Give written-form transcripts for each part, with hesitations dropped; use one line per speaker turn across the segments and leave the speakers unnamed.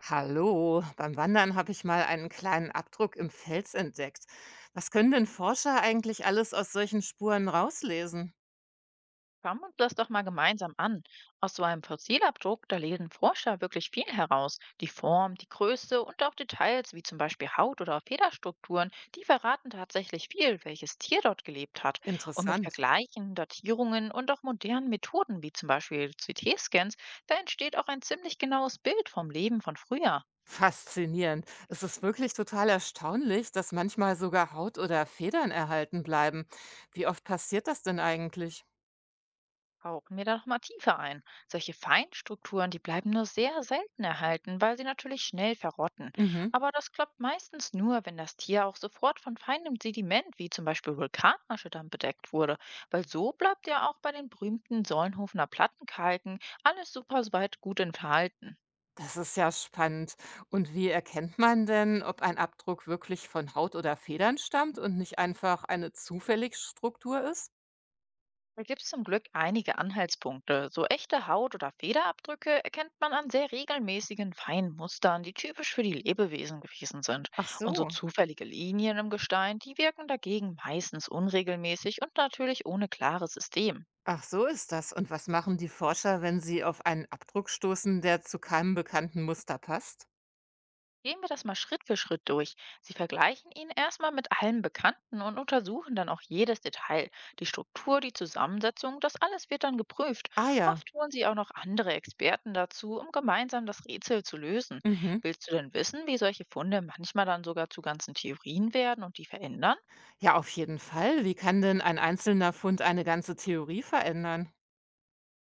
Hallo, beim Wandern habe ich mal einen kleinen Abdruck im Fels entdeckt. Was können denn Forscher eigentlich alles aus solchen Spuren rauslesen?
Schauen wir uns das doch mal gemeinsam an. Aus so einem Fossilabdruck, da lesen Forscher wirklich viel heraus. Die Form, die Größe und auch Details wie zum Beispiel Haut oder Federstrukturen, die verraten tatsächlich viel, welches Tier dort gelebt hat. Und mit
Interessant.
Vergleichen, Datierungen und auch modernen Methoden wie zum Beispiel CT-Scans, da entsteht auch ein ziemlich genaues Bild vom Leben von früher.
Faszinierend. Es ist wirklich total erstaunlich, dass manchmal sogar Haut oder Federn erhalten bleiben. Wie oft passiert das denn eigentlich?
Tauchen wir da noch mal tiefer ein. Solche Feinstrukturen, die bleiben nur sehr selten erhalten, weil sie natürlich schnell verrotten.
Mhm.
Aber das klappt meistens nur, wenn das Tier auch sofort von feinem Sediment, wie zum Beispiel Vulkanasche, dann bedeckt wurde. Weil so bleibt ja auch bei den berühmten Solnhofener Plattenkalken alles super soweit gut enthalten.
Das ist ja spannend. Und wie erkennt man denn, ob ein Abdruck wirklich von Haut oder Federn stammt und nicht einfach eine zufällige Struktur ist?
Da gibt es zum Glück einige Anhaltspunkte. So echte Haut- oder Federabdrücke erkennt man an sehr regelmäßigen, feinen Mustern, die typisch für die Lebewesen gewesen sind.
Ach
Und so
so.
zufällige Linien im Gestein, die wirken dagegen meistens unregelmäßig und natürlich ohne klares System.
Ach, so ist das. Und was machen die Forscher, wenn sie auf einen Abdruck stoßen, der zu keinem bekannten Muster passt?
Gehen wir das mal Schritt für Schritt durch. Sie vergleichen ihn erstmal mit allen Bekannten und untersuchen dann auch jedes Detail. Die Struktur, die Zusammensetzung, das alles wird dann geprüft.
Ah ja,
Oft holen Sie auch noch andere Experten dazu, um gemeinsam das Rätsel zu lösen.
mhm.
Willst du denn wissen, wie solche Funde manchmal dann sogar zu ganzen Theorien werden und die verändern?
Ja, auf jeden Fall. Wie kann denn ein einzelner Fund eine ganze Theorie verändern?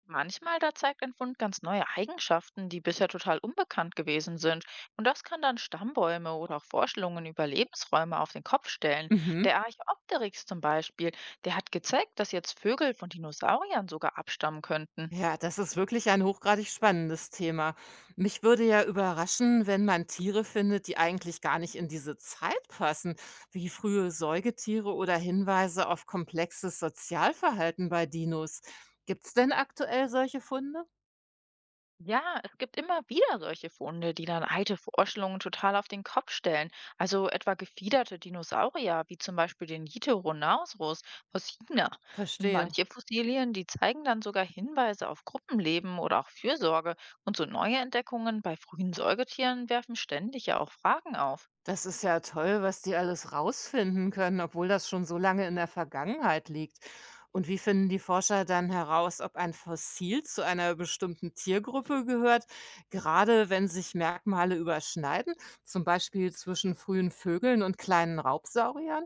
Manchmal da zeigt ein Fund ganz neue Eigenschaften, die bisher total unbekannt gewesen sind. Und das kann dann Stammbäume oder auch Vorstellungen über Lebensräume auf den Kopf stellen.
Mhm.
Der Archäopteryx zum Beispiel, der hat gezeigt, dass jetzt Vögel von Dinosauriern sogar abstammen könnten.
Ja, das ist wirklich ein hochgradig spannendes Thema. Mich würde ja überraschen, wenn man Tiere findet, die eigentlich gar nicht in diese Zeit passen, wie frühe Säugetiere oder Hinweise auf komplexes Sozialverhalten bei Dinos. Gibt es denn aktuell solche Funde?
Ja, es gibt immer wieder solche Funde, die dann alte Vorstellungen total auf den Kopf stellen. Also etwa gefiederte Dinosaurier, wie zum Beispiel den Jitoronaurus aus China. Und
Verstehe.
manche Fossilien, die zeigen dann sogar Hinweise auf Gruppenleben oder auch Fürsorge. Und so neue Entdeckungen bei frühen Säugetieren werfen ständig ja auch Fragen auf.
Das ist ja toll, was die alles rausfinden können, obwohl das schon so lange in der Vergangenheit liegt. Und wie finden die Forscher dann heraus, ob ein Fossil zu einer bestimmten Tiergruppe gehört, gerade wenn sich Merkmale überschneiden, zum Beispiel zwischen frühen Vögeln und kleinen Raubsauriern?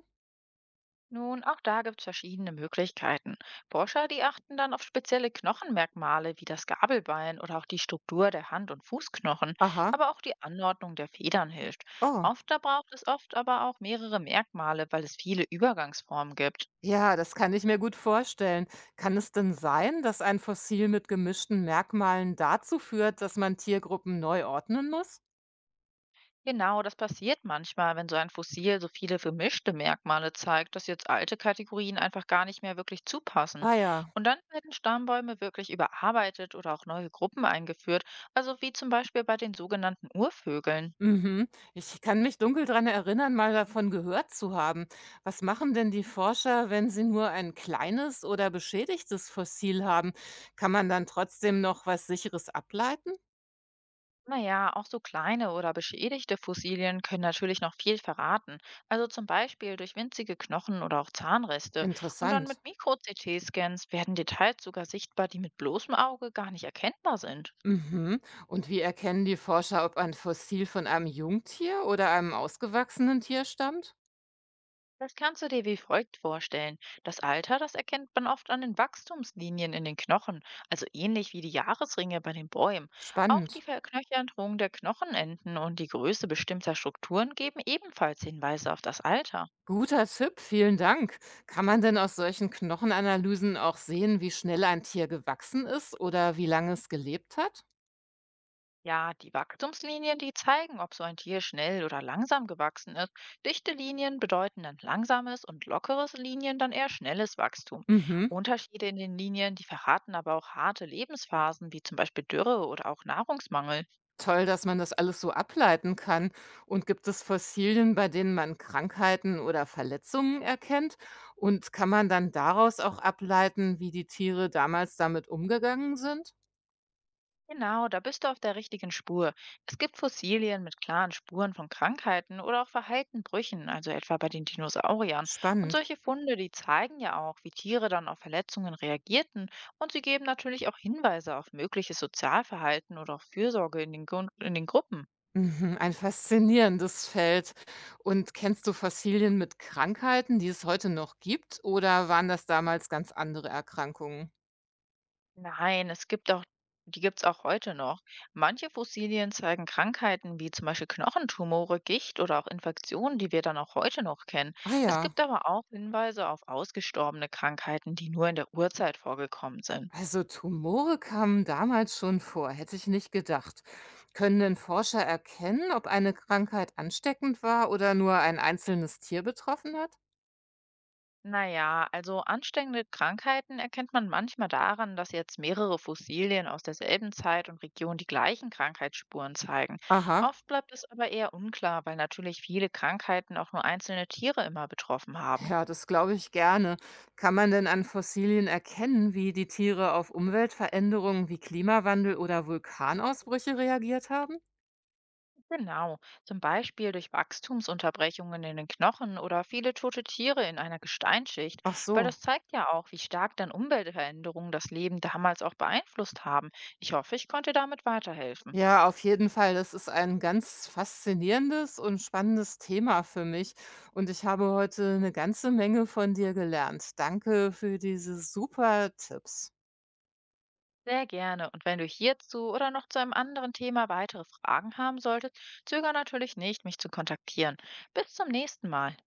Nun, auch da gibt es verschiedene Möglichkeiten. Forscher, die achten dann auf spezielle Knochenmerkmale wie das Gabelbein oder auch die Struktur der Hand- und Fußknochen,
Aha.
aber auch die Anordnung der Federn hilft.
Oh,
Oft da braucht es oft aber auch mehrere Merkmale, weil es viele Übergangsformen gibt.
ja, das kann ich mir gut vorstellen. Kann es denn sein, dass ein Fossil mit gemischten Merkmalen dazu führt, dass man Tiergruppen neu ordnen muss?
Genau, das passiert manchmal, wenn so ein Fossil so viele vermischte Merkmale zeigt, dass jetzt alte Kategorien einfach gar nicht mehr wirklich zupassen.
Ah ja.
Und dann werden Stammbäume wirklich überarbeitet oder auch neue Gruppen eingeführt, also wie zum Beispiel bei den sogenannten Urvögeln.
Mhm. Ich kann mich dunkel daran erinnern, mal davon gehört zu haben. Was machen denn die Forscher, wenn sie nur ein kleines oder beschädigtes Fossil haben? Kann man dann trotzdem noch was Sicheres ableiten?
Naja, auch so kleine oder beschädigte Fossilien können natürlich noch viel verraten, also zum Beispiel durch winzige Knochen oder auch Zahnreste. Und dann
Interessant.
mit Mikro-CT-Scans werden Details sogar sichtbar, die mit bloßem Auge gar nicht erkennbar sind.
Mhm. Und wie erkennen die Forscher, ob ein Fossil von einem Jungtier oder einem ausgewachsenen Tier stammt?
Das kannst du dir wie folgt vorstellen. Das Alter, das erkennt man oft an den Wachstumslinien in den Knochen, also ähnlich wie die Jahresringe bei den Bäumen. Auch
Spannend.
die Verknöcherung der Knochenenden und die Größe bestimmter Strukturen geben ebenfalls Hinweise auf das Alter.
Guter Tipp, vielen Dank. Kann man denn aus solchen Knochenanalysen auch sehen, wie schnell ein Tier gewachsen ist oder wie lange es gelebt hat?
Ja, die Wachstumslinien, die zeigen, ob so ein Tier schnell oder langsam gewachsen ist. Dichte Linien bedeuten dann langsames und lockeres Linien dann eher schnelles Wachstum.
Mhm.
Unterschiede in den Linien, die verraten aber auch harte Lebensphasen, wie zum Beispiel Dürre oder auch Nahrungsmangel.
Toll, dass man das alles so ableiten kann. Und gibt es Fossilien, bei denen man Krankheiten oder Verletzungen erkennt? Und kann man dann daraus auch ableiten, wie die Tiere damals damit umgegangen sind?
Genau, da bist du auf der richtigen Spur. Es gibt Fossilien mit klaren Spuren von Krankheiten oder auch verheilten Brüchen, also etwa bei den Dinosauriern. Und
Spannend.
solche Funde, die zeigen ja auch, wie Tiere dann auf Verletzungen reagierten und sie geben natürlich auch Hinweise auf mögliches Sozialverhalten oder auch Fürsorge in in den Gruppen.
Mhm, ein faszinierendes Feld. Und kennst du Fossilien mit Krankheiten, die es heute noch gibt? Oder waren das damals ganz andere Erkrankungen?
Nein, es gibt auch die gibt's auch heute noch. Manche Fossilien zeigen Krankheiten wie zum Beispiel Knochentumore, Gicht oder auch Infektionen, die wir dann auch heute noch kennen.
Ah
Es
ja.
gibt aber auch Hinweise auf ausgestorbene Krankheiten, die nur in der Urzeit vorgekommen sind.
Also Tumore kamen damals schon vor, hätte ich nicht gedacht. Können denn Forscher erkennen, ob eine Krankheit ansteckend war oder nur ein einzelnes Tier betroffen hat?
Naja, also ansteckende Krankheiten erkennt man manchmal daran, dass jetzt mehrere Fossilien aus derselben Zeit und Region die gleichen Krankheitsspuren zeigen.
Aha,
Oft bleibt es aber eher unklar, weil natürlich viele Krankheiten auch nur einzelne Tiere immer betroffen haben.
ja, das glaube ich gerne. Kann man denn an Fossilien erkennen, wie die Tiere auf Umweltveränderungen wie Klimawandel oder Vulkanausbrüche reagiert haben?
Genau, zum Beispiel durch Wachstumsunterbrechungen in den Knochen oder viele tote Tiere in einer Gesteinsschicht,
Ach
weil
so.
das zeigt ja auch, wie stark dann Umweltveränderungen das Leben damals auch beeinflusst haben. Ich hoffe, ich konnte damit weiterhelfen.
Ja, auf jeden Fall. Das ist ein ganz faszinierendes und spannendes Thema für mich. Und ich habe heute eine ganze Menge von dir gelernt. Danke für diese super Tipps.
Sehr gerne. Und wenn du hierzu oder noch zu einem anderen Thema weitere Fragen haben solltest, zögere natürlich nicht, mich zu kontaktieren. Bis zum nächsten Mal.